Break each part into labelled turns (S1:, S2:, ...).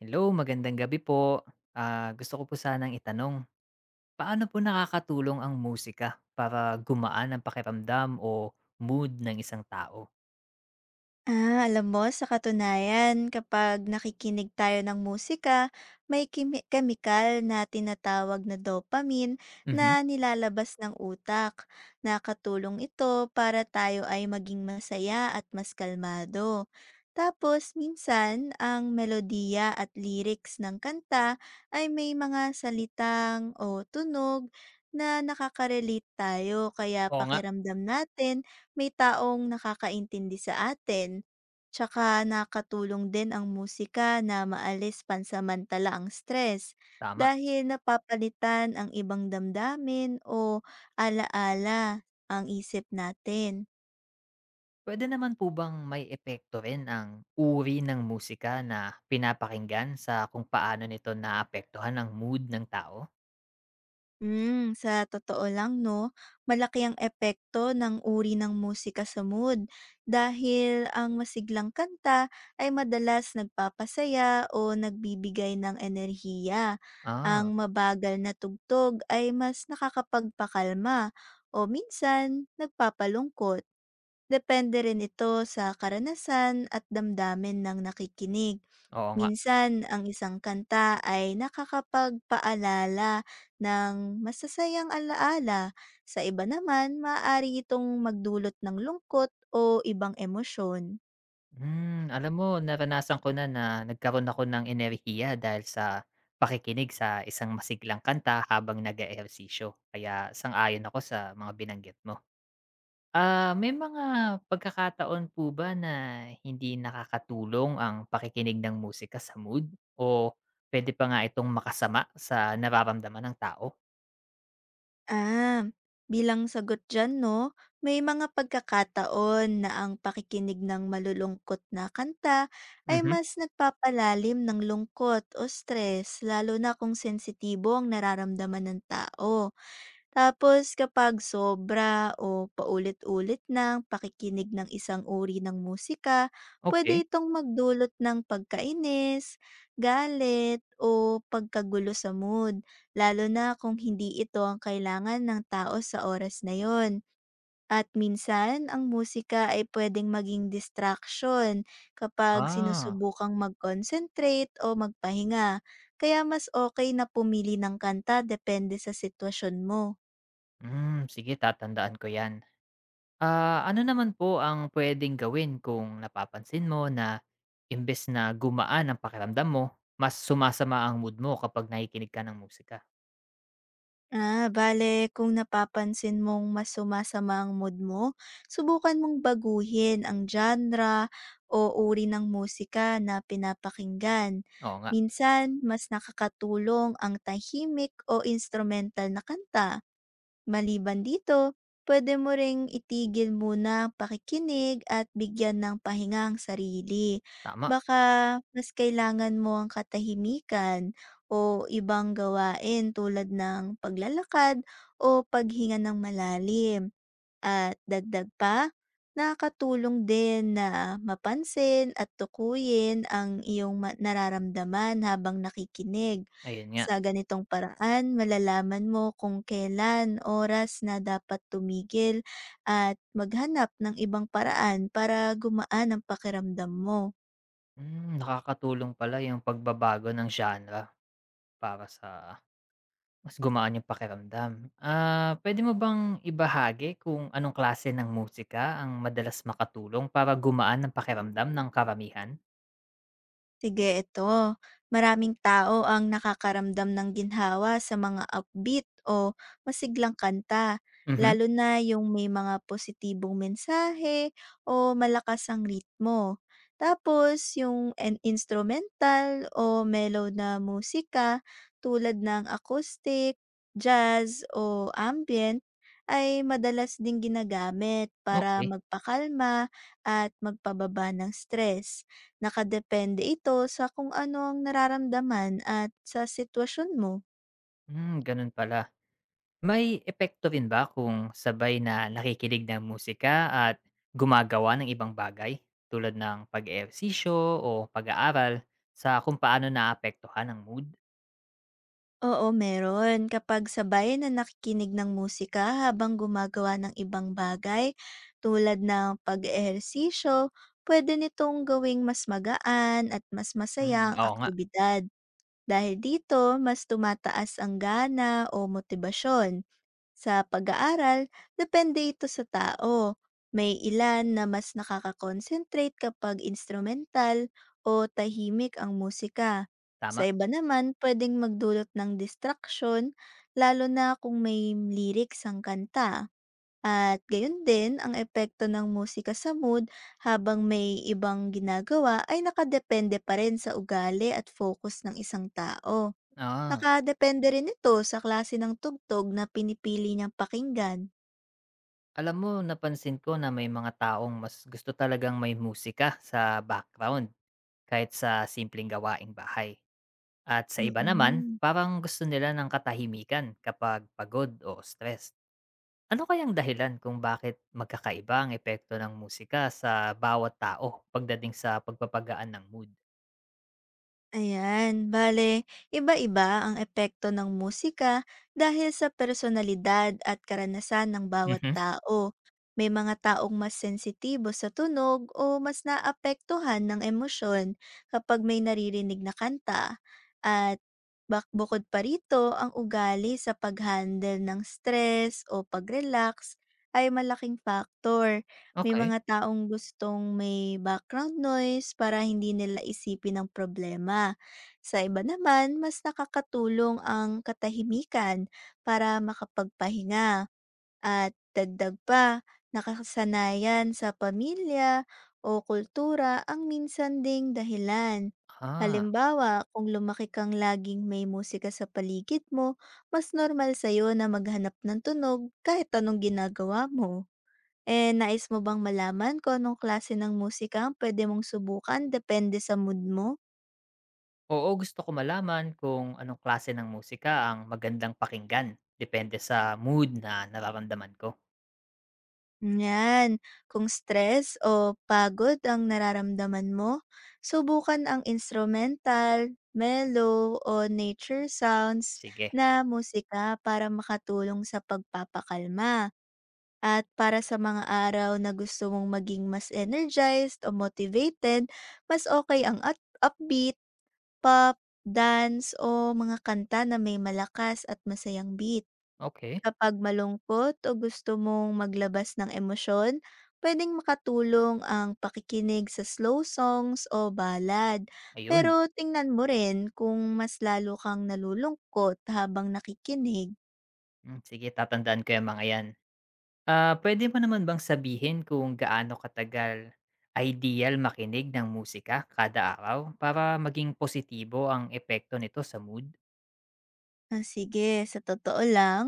S1: Hello, magandang gabi po. Gusto ko po sanang itanong, paano po nakakatulong ang musika para gumaan ang pakiramdam o mood ng isang tao?
S2: Ah, alam mo, sa katunayan, kapag nakikinig tayo ng musika, may chemical na tinatawag na dopamine na
S1: Mhm.
S2: nilalabas ng utak. Nakatulong ito para tayo ay maging masaya at mas kalmado. Tapos, minsan, ang melodiya at lyrics ng kanta ay may mga salitang o tunog na nakaka-relate tayo kaya
S1: Oo nga,
S2: pakiramdam natin may taong nakakaintindi sa atin. Tsaka nakatulong din ang musika na maalis pansamantala ang stress
S1: tama.
S2: dahil napapalitan ang ibang damdamin o alaala ang isip natin.
S1: Puwede naman po bang may epekto rin ang uri ng musika na pinapakinggan sa kung paano nito naapektuhan ang mood ng tao?
S2: Sa totoo lang 'no, malaki ang epekto ng uri ng musika sa mood dahil ang masiglang kanta ay madalas nagpapasaya o nagbibigay ng enerhiya.
S1: Ah,
S2: Ang mabagal na tugtog ay mas nakakapagpakalma o minsan nagpapalungkot, depende rin ito sa karanasan at damdamin ng nakikinig.
S1: oo nga.
S2: Minsan ang isang kanta ay nakakapagpaalala ng masasayang alaala, sa iba naman maaari itong magdulot ng lungkot o ibang emosyon.
S1: Alam mo naranasan ko na na nagkaroon ako ng enerhiya dahil sa pakikinig sa isang masiglang kanta habang nag-eehersisyo, kaya sang-ayon ako sa mga binanggit mo. May mga pagkakataon po ba na hindi nakakatulong ang pakikinig ng musika sa mood o pwede pa nga itong makasama sa nararamdaman ng tao?
S2: Ah, bilang sagot dyan no, may mga pagkakataon na ang pakikinig ng malulungkot na kanta ay
S1: Mhm,
S2: mas nagpapalalim ng lungkot o stress lalo na kung sensitibo ang nararamdaman ng tao. Tapos kapag sobra o paulit-ulit ng pakikinig ng isang uri ng musika,
S1: okey.
S2: pwede itong magdulot ng pagkainis, galit, o pagkagulo sa mood, lalo na kung hindi ito ang kailangan ng tao sa oras na yon. At minsan, ang musika ay pwedeng maging distraction kapag
S1: Ah,
S2: sinusubukang mag-concentrate o magpahinga. Kaya mas okay na pumili ng kanta depende sa sitwasyon mo.
S1: Sige tatandaan ko 'yan. Ano naman po ang pwedeng gawin kung napapansin mo na imbes na gumaan ang pakiramdam mo, mas sumasama ang mood mo kapag nakikinig ka ng musika?
S2: Ah, bale kung napapansin mong mas sumasama ang mood mo, subukan mong baguhin ang genre o uri ng musika na pinapakinggan.
S1: Oo nga,
S2: Minsan, mas nakakatulong ang tahimik o instrumental na kanta. Maliban dito, pwede mo ring itigil muna ang pakikinig at bigyan ng pahinga ang sarili.
S1: tama,
S2: Baka mas kailangan mo ang katahimikan o ibang gawain tulad ng paglalakad o paghinga ng malalim. At dagdag pa, nakakatulong din na mapansin at tukuyin ang iyong nararamdaman habang nakikinig.
S1: ayun nga.
S2: Sa ganitong paraan, malalaman mo kung kailan oras na dapat tumigil at maghanap ng ibang paraan para gumaan ang pakiramdam mo.
S1: Nakakatulong pala yung pagbabago ng genre para sa mas gumaan yung pakiramdam. Puwede mo bang ibahagi kung anong klase ng musika ang madalas makatulong para gumaan ang pakiramdam ng karamihan?
S2: Sige, ito. Maraming tao ang nakakaramdam ng ginhawa sa mga upbeat o masiglang kanta,
S1: Mhm,
S2: lalo na yung may mga positibong mensahe o malakas ang ritmo. Tapos, yung instrumental o mellow na musika tulad ng acoustic, jazz o ambient ay madalas ding ginagamit para
S1: okay.
S2: magpakalma at magpababa ng stress. Nakadepende ito sa kung ano ang nararamdaman at sa sitwasyon mo.
S1: Gano'n pala. May epekto rin ba kung sabay na nakikinig ng musika at gumagawa ng ibang bagay tulad ng pag-ehersisyo o pag-aaral sa kung paano naapektuhan ang mood?
S2: Oo, meron. Kapag sabay na nakikinig ng musika habang gumagawa ng ibang bagay tulad ng pag-ehersisyo, pwede nitong gawing mas magaan at mas masaya ang
S1: Oo nga,
S2: aktibidad. Dahil dito, mas tumataas ang gana o motibasyon. Sa pag-aaral, depende ito sa tao. May ilan na mas nakakakonsentrate kapag instrumental o tahimik ang musika.
S1: tama.
S2: Sa iba naman, pwedeng magdulot ng distraction, lalo na kung may lyrics ang kanta. At gayon din, ang epekto ng musika sa mood habang may ibang ginagawa ay nakadepende pa rin sa ugali at focus ng isang tao.
S1: Oo.
S2: Nakadepende rin ito sa klase ng tugtog na pinipili niyang pakinggan.
S1: Alam mo, napansin ko na may mga taong mas gusto talagang may musika sa background kahit sa simpleng gawaing bahay. At sa iba naman,
S2: Mm.
S1: parang gusto nila ng katahimikan kapag pagod o stressed. Ano kayang dahilan kung bakit magkakaiba ang epekto ng musika sa bawat tao pagdating sa pagpapagaan ng mood?
S2: Ayan, bale, iba-iba ang epekto ng musika dahil sa personalidad at karanasan ng bawat
S1: Mhm,
S2: tao. May mga taong mas sensitibo sa tunog o mas naapektuhan ng emosyon kapag may naririnig na kanta. At bukod pa rito, ang ugali sa pag-handle ng stress o pag-relax ay malaking factor. May
S1: okey.
S2: mga taong gustong may background noise para hindi nila isipin ang problema. Sa iba naman, mas nakakatulong ang katahimikan para makapagpahinga at dagdag pa, nakasanayan sa pamilya o kultura ang minsan ding dahilan.
S1: Ah,
S2: Halimbawa, kung lumaki kang laging may musika sa paligid mo, mas normal sa'yo na maghanap ng tunog kahit anong ginagawa mo. Eh, nais mo bang malaman kung anong klase ng musika ang pwede mong subukan depende sa mood mo?
S1: Oo, gusto ko malaman kung anong klase ng musika ang magandang pakinggan depende sa mood na nararamdaman ko.
S2: Yan, kung stress o pagod ang nararamdaman mo, subukan ang instrumental, mellow o nature sounds
S1: Sige,
S2: na musika para makatulong sa pagpapakalma. At para sa mga araw na gusto mong maging mas energized o motivated, mas okay ang upbeat pop, dance o mga kanta na may malakas at masayang beat.
S1: okay,
S2: Kapag malungkot o gusto mong maglabas ng emosyon, pwedeng makatulong ang pakikinig sa slow songs o ballad. Pero
S1: ayun.
S2: tingnan mo rin kung mas lalo kang nalulungkot habang nakikinig.
S1: Sige tatandaan ko yung mga yan. Pwede mo naman bang sabihin kung gaano katagal ideal makinig ng musika kada araw para maging positibo ang epekto nito sa mood?
S2: Ah, sige, sa totoo lang,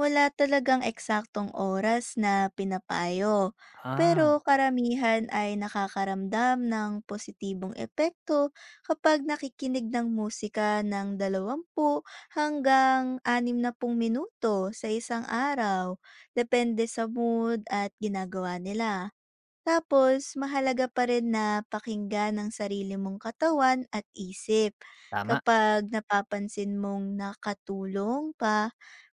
S2: wala talagang eksaktong oras na pinapayo. Pero
S1: Ah,
S2: karamihan ay nakakaramdam ng positibong epekto kapag nakikinig ng musika ng 20 hanggang 60 minuto sa isang araw, depende sa mood at ginagawa nila. Tapos, mahalaga pa rin na pakinggan ang sarili mong katawan at isip.
S1: Tama.
S2: Kapag napapansin mong nakatulong pa,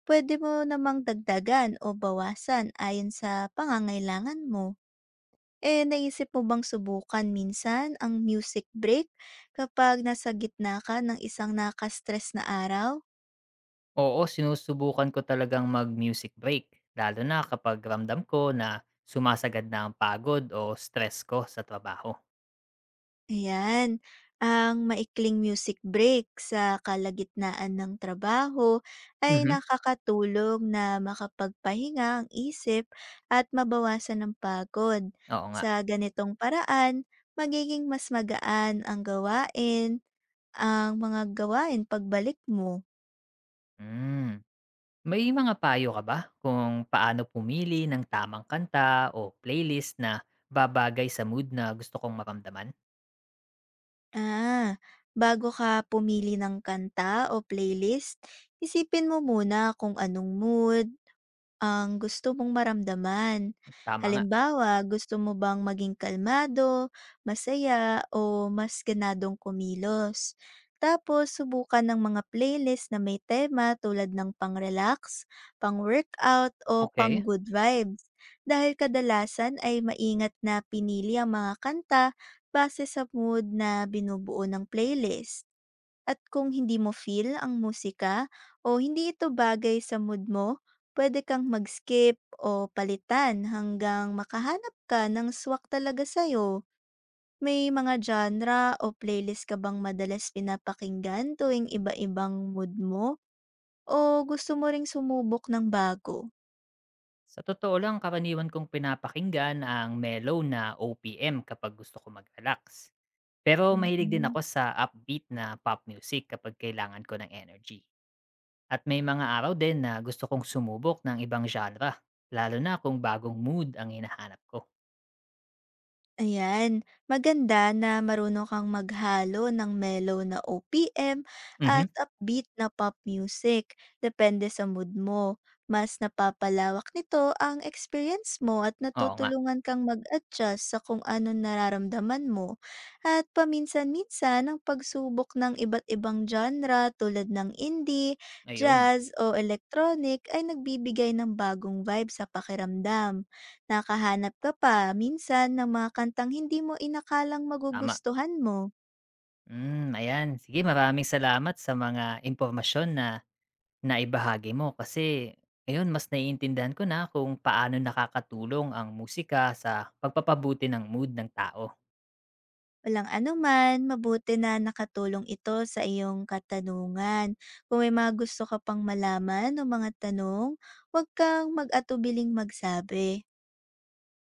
S2: pwede mo namang dagdagan o bawasan ayon sa pangangailangan mo. Eh, naisip mo bang subukan minsan ang music break kapag nasa gitna ka ng isang nakastress na araw?
S1: Oo, sinusubukan ko talagang mag-music break, lalo na kapag ramdam ko na sumasagad na ang pagod o stress ko sa trabaho.
S2: Ayan, ang maikling music break sa kalagitnaan ng trabaho ay
S1: Mhm.
S2: nakakatulong na makapagpahinga ang isip at mabawasan ang pagod.
S1: Oo nga.
S2: Sa ganitong paraan, magiging mas magaan ang gawain, ang mga gawain pagbalik mo.
S1: Mm. May mga payo ka ba kung paano pumili ng tamang kanta o playlist na babagay sa mood na gusto kong maramdaman?
S2: Ah, bago ka pumili ng kanta o playlist, isipin mo muna kung anong mood ang gusto mong maramdaman.
S1: Tama nga.
S2: Halimbawa, gusto mo bang maging kalmado, masaya, o mas ganadong kumilos? Tapos, subukan ng mga playlist na may tema tulad ng pang-relax, pang-workout, o
S1: Okay.
S2: pang-good vibes. Dahil kadalasan ay maingat na pinili ang mga kanta base sa mood na binubuo ng playlist. At kung hindi mo feel ang musika o hindi ito bagay sa mood mo, pwede kang mag-skip o palitan hanggang makahanap ka ng swak talaga sa'yo. May mga genre o playlist ka bang madalas pinapakinggan tuwing iba-ibang mood mo? O gusto mo ring sumubok ng bago?
S1: Sa totoo lang, karaniwan kong pinapakinggan ang mellow na OPM kapag gusto ko mag-relax. Pero
S2: Mm.
S1: mahilig din
S2: Mm.
S1: ako sa upbeat na pop music kapag kailangan ko ng energy. At may mga araw din na gusto kong sumubok ng ibang genre, lalo na kung bagong mood ang hinahanap ko.
S2: Ayan, maganda na marunong kang maghalo ng mellow na OPM
S1: Mhm.
S2: at upbeat na pop music, depende sa mood mo. Mas napapalawak nito ang experience mo at
S1: Oo nga.
S2: natutulungan kang mag-adjust sa kung ano nararamdaman mo. At paminsan-minsan ang pagsubok ng iba't ibang genre tulad ng indie,
S1: Ayun,
S2: jazz o electronic ay nagbibigay ng bagong vibe sa pakiramdam. Nakahanap ka pa minsan ng mga kantang hindi mo inakalang
S1: tama.
S2: magugustuhan mo.
S1: Mm, ayan. Sige, maraming salamat sa mga impormasyon na naibahagi mo kasi ayun mas naiintindihan ko na kung paano nakakatulong ang musika sa pagpapabuti ng mood ng tao.
S2: Walang anuman, mabuti na nakatulong ito sa iyong katanungan. Kung may mga gusto ka pang malaman o mga tanong, huwag kang mag-atubiling magsabi.